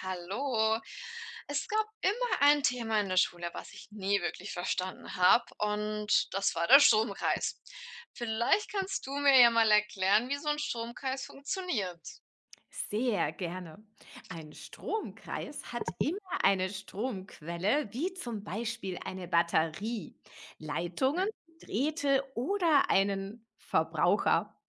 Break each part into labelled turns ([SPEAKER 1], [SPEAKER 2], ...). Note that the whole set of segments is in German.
[SPEAKER 1] Hallo. Es gab immer ein Thema in der Schule, was ich nie wirklich verstanden habe, und das war der Stromkreis. Vielleicht kannst du mir ja mal erklären, wie so ein Stromkreis funktioniert.
[SPEAKER 2] Sehr gerne. Ein Stromkreis hat immer eine Stromquelle, wie zum Beispiel eine Batterie,
[SPEAKER 1] Hm,
[SPEAKER 2] Leitungen, Drähte oder einen Verbraucher.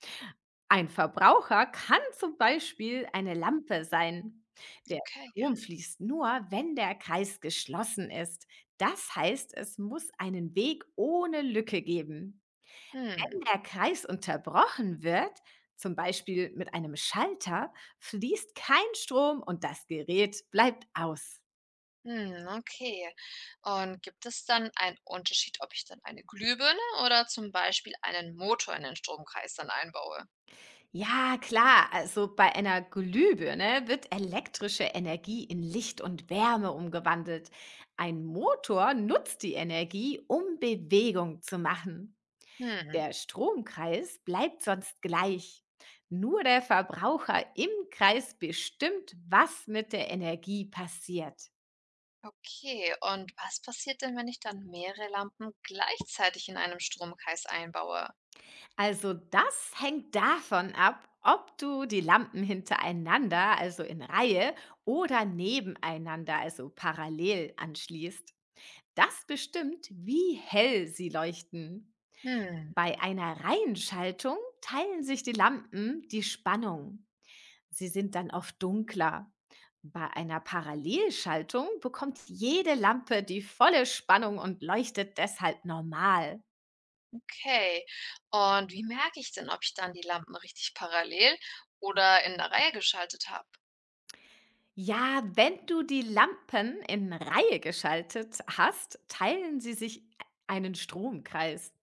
[SPEAKER 2] Ein Verbraucher kann zum Beispiel eine Lampe sein. Der
[SPEAKER 1] okay. Ja.
[SPEAKER 2] Strom fließt nur, wenn der Kreis geschlossen ist. Das heißt, es muss einen Weg ohne Lücke geben.
[SPEAKER 1] Hm,
[SPEAKER 2] Wenn der Kreis unterbrochen wird, zum Beispiel mit einem Schalter, fließt kein Strom und das Gerät bleibt aus.
[SPEAKER 1] hm, okay. Und gibt es dann einen Unterschied, ob ich dann eine Glühbirne oder zum Beispiel einen Motor in den Stromkreis dann einbaue?
[SPEAKER 2] Ja, klar, also bei einer Glühbirne wird elektrische Energie in Licht und Wärme umgewandelt. Ein Motor nutzt die Energie, um Bewegung zu machen.
[SPEAKER 1] Hm,
[SPEAKER 2] Der Stromkreis bleibt sonst gleich. Nur der Verbraucher im Kreis bestimmt, was mit der Energie passiert.
[SPEAKER 1] okay. Und was passiert denn, wenn ich dann mehrere Lampen gleichzeitig in einem Stromkreis einbaue?
[SPEAKER 2] Also das hängt davon ab, ob du die Lampen hintereinander, also in Reihe oder nebeneinander, also parallel anschließt. Das bestimmt, wie hell sie leuchten.
[SPEAKER 1] Hm,
[SPEAKER 2] Bei einer Reihenschaltung teilen sich die Lampen die Spannung. Sie sind dann oft dunkler. Bei einer Parallelschaltung bekommt jede Lampe die volle Spannung und leuchtet deshalb normal.
[SPEAKER 1] okay. Und wie merke ich denn, ob ich dann die Lampen richtig parallel oder in der Reihe geschaltet habe?
[SPEAKER 2] Ja, wenn du die Lampen in Reihe geschaltet hast, teilen sie sich einen Stromkreis.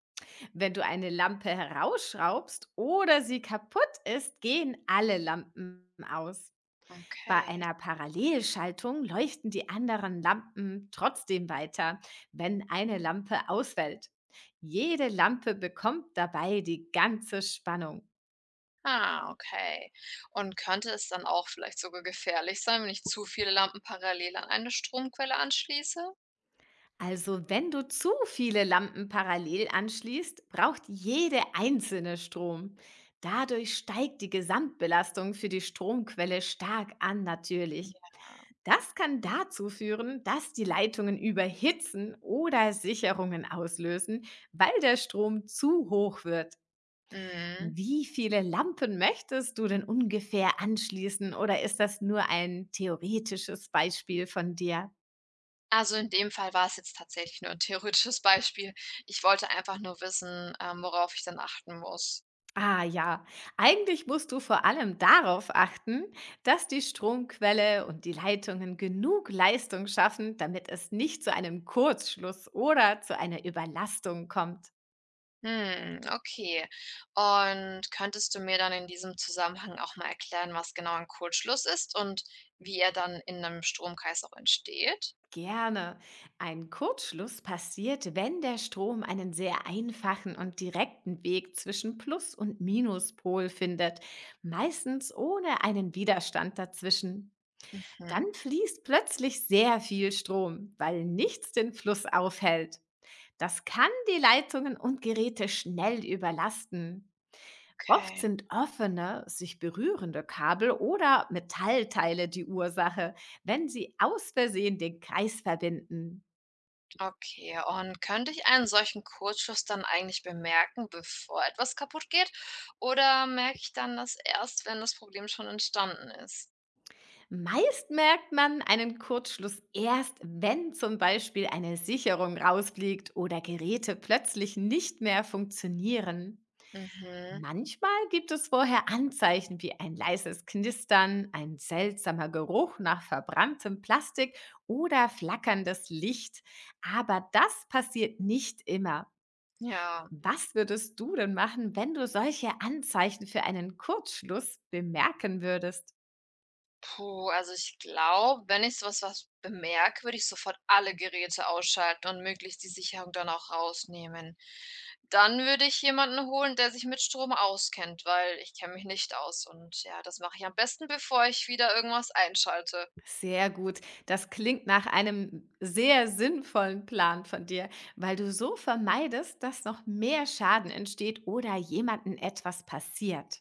[SPEAKER 2] Wenn du eine Lampe herausschraubst oder sie kaputt ist, gehen alle Lampen aus. Bei
[SPEAKER 1] Okay.
[SPEAKER 2] einer Parallelschaltung leuchten die anderen Lampen trotzdem weiter, wenn eine Lampe ausfällt. Jede Lampe bekommt dabei die ganze Spannung.
[SPEAKER 1] Ah, okay. Und könnte es dann auch vielleicht sogar gefährlich sein, wenn ich zu viele Lampen parallel an eine Stromquelle anschließe?
[SPEAKER 2] Also wenn du zu viele Lampen parallel anschließt, braucht jede einzelne Strom. Dadurch steigt die Gesamtbelastung für die Stromquelle stark an natürlich. Das kann dazu führen, dass die Leitungen überhitzen oder Sicherungen auslösen, weil der Strom zu hoch wird.
[SPEAKER 1] Mhm.
[SPEAKER 2] Wie viele Lampen möchtest du denn ungefähr anschließen oder ist das nur ein theoretisches Beispiel von dir?
[SPEAKER 1] Also, in dem Fall war es jetzt tatsächlich nur ein theoretisches Beispiel. Ich wollte einfach nur wissen, worauf ich dann achten muss.
[SPEAKER 2] Ah ja, eigentlich musst du vor allem darauf achten, dass die Stromquelle und die Leitungen genug Leistung schaffen, damit es nicht zu einem Kurzschluss oder zu einer Überlastung kommt.
[SPEAKER 1] Hm, okay. Und könntest du mir dann in diesem Zusammenhang auch mal erklären, was genau ein Kurzschluss ist und wie er dann in einem Stromkreis auch entsteht?
[SPEAKER 2] Gerne. Ein Kurzschluss passiert, wenn der Strom einen sehr einfachen und direkten Weg zwischen Plus- und Minuspol findet, meistens ohne einen Widerstand dazwischen.
[SPEAKER 1] Mhm,
[SPEAKER 2] Dann fließt plötzlich sehr viel Strom, weil nichts den Fluss aufhält. Das kann die Leitungen und Geräte schnell überlasten. Oft
[SPEAKER 1] okay,
[SPEAKER 2] sind offene, sich berührende Kabel oder Metallteile die Ursache, wenn sie aus Versehen den Kreis verbinden.
[SPEAKER 1] okay. Und könnte ich einen solchen Kurzschluss dann eigentlich bemerken, bevor etwas kaputt geht? Oder merke ich dann das erst, wenn das Problem schon entstanden ist?
[SPEAKER 2] Meist merkt man einen Kurzschluss erst, wenn zum Beispiel eine Sicherung rausfliegt oder Geräte plötzlich nicht mehr funktionieren.
[SPEAKER 1] Mhm,
[SPEAKER 2] Manchmal gibt es vorher Anzeichen wie ein leises Knistern, ein seltsamer Geruch nach verbranntem Plastik oder flackerndes Licht. Aber das passiert nicht immer.
[SPEAKER 1] ja.
[SPEAKER 2] Was würdest du denn machen, wenn du solche Anzeichen für einen Kurzschluss bemerken würdest?
[SPEAKER 1] Puh, also ich glaube, wenn ich so was bemerke, würde ich sofort alle Geräte ausschalten und möglichst die Sicherung dann auch rausnehmen. Dann würde ich jemanden holen, der sich mit Strom auskennt, weil ich kenne mich nicht aus und ja, das mache ich am besten, bevor ich wieder irgendwas einschalte.
[SPEAKER 2] Sehr gut. Das klingt nach einem sehr sinnvollen Plan von dir, weil du so vermeidest, dass noch mehr Schaden entsteht oder jemandem etwas passiert.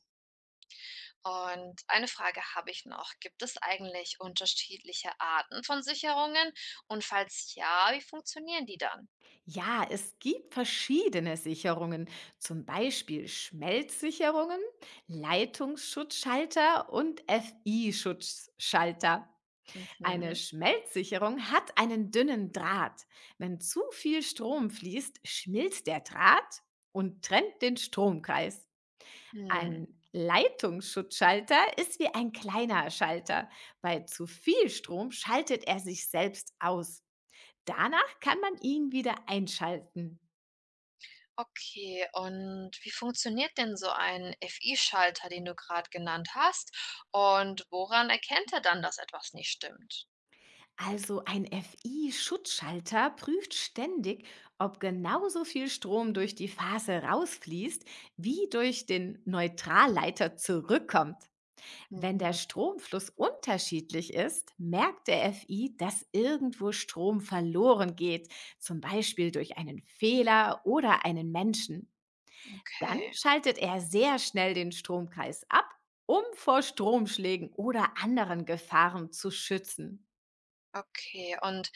[SPEAKER 1] Und eine Frage habe ich noch. Gibt es eigentlich unterschiedliche Arten von Sicherungen? Und falls ja, wie funktionieren die dann?
[SPEAKER 2] Ja, es gibt verschiedene Sicherungen, zum Beispiel Schmelzsicherungen, Leitungsschutzschalter und FI-Schutzschalter. Eine
[SPEAKER 1] Mhm.
[SPEAKER 2] Schmelzsicherung hat einen dünnen Draht. Wenn zu viel Strom fließt, schmilzt der Draht und trennt den Stromkreis.
[SPEAKER 1] Hm.
[SPEAKER 2] Ein Leitungsschutzschalter ist wie ein kleiner Schalter. Bei zu viel Strom schaltet er sich selbst aus. Danach kann man ihn wieder einschalten.
[SPEAKER 1] Okay, und wie funktioniert denn so ein FI-Schalter, den du gerade genannt hast? Und woran erkennt er dann, dass etwas nicht stimmt?
[SPEAKER 2] Also ein FI-Schutzschalter prüft ständig, ob genauso viel Strom durch die Phase rausfließt, wie durch den Neutralleiter zurückkommt. Wenn der
[SPEAKER 1] Mhm,
[SPEAKER 2] Stromfluss unterschiedlich ist, merkt der FI, dass irgendwo Strom verloren geht, zum Beispiel durch einen Fehler oder einen Menschen. Dann
[SPEAKER 1] okay.
[SPEAKER 2] schaltet er sehr schnell den Stromkreis ab, um vor Stromschlägen oder anderen Gefahren zu schützen.
[SPEAKER 1] Okay, und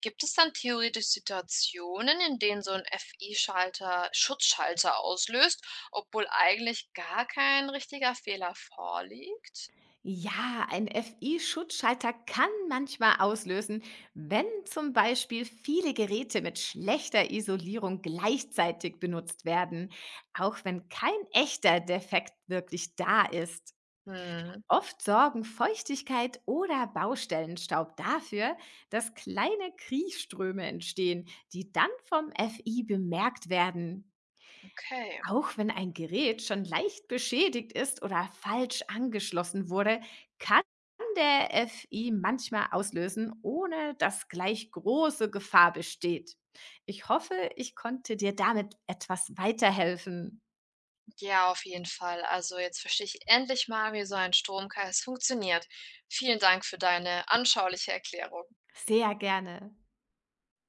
[SPEAKER 1] gibt es dann theoretisch Situationen, in denen so 'n FI-Schalter Schutzschalter auslöst, obwohl eigentlich gar kein richtiger Fehler vorliegt?
[SPEAKER 2] Ja, ein FI-Schutzschalter kann manchmal auslösen, wenn zum Beispiel viele Geräte mit schlechter Isolierung gleichzeitig benutzt werden, auch wenn kein echter Defekt wirklich da ist.
[SPEAKER 1] Mhm,
[SPEAKER 2] Oft sorgen Feuchtigkeit oder Baustellenstaub dafür, dass kleine Kriechströme entstehen, die dann vom FI bemerkt werden.
[SPEAKER 1] okay.
[SPEAKER 2] Auch wenn ein Gerät schon leicht beschädigt ist oder falsch angeschlossen wurde, kann der FI manchmal auslösen, ohne dass gleich große Gefahr besteht. Ich hoffe, ich konnte dir damit etwas weiterhelfen.
[SPEAKER 1] Ja, auf jeden Fall. Also jetzt verstehe ich endlich mal, wie so ein Stromkreis funktioniert. Vielen Dank für deine anschauliche Erklärung.
[SPEAKER 2] Sehr gerne.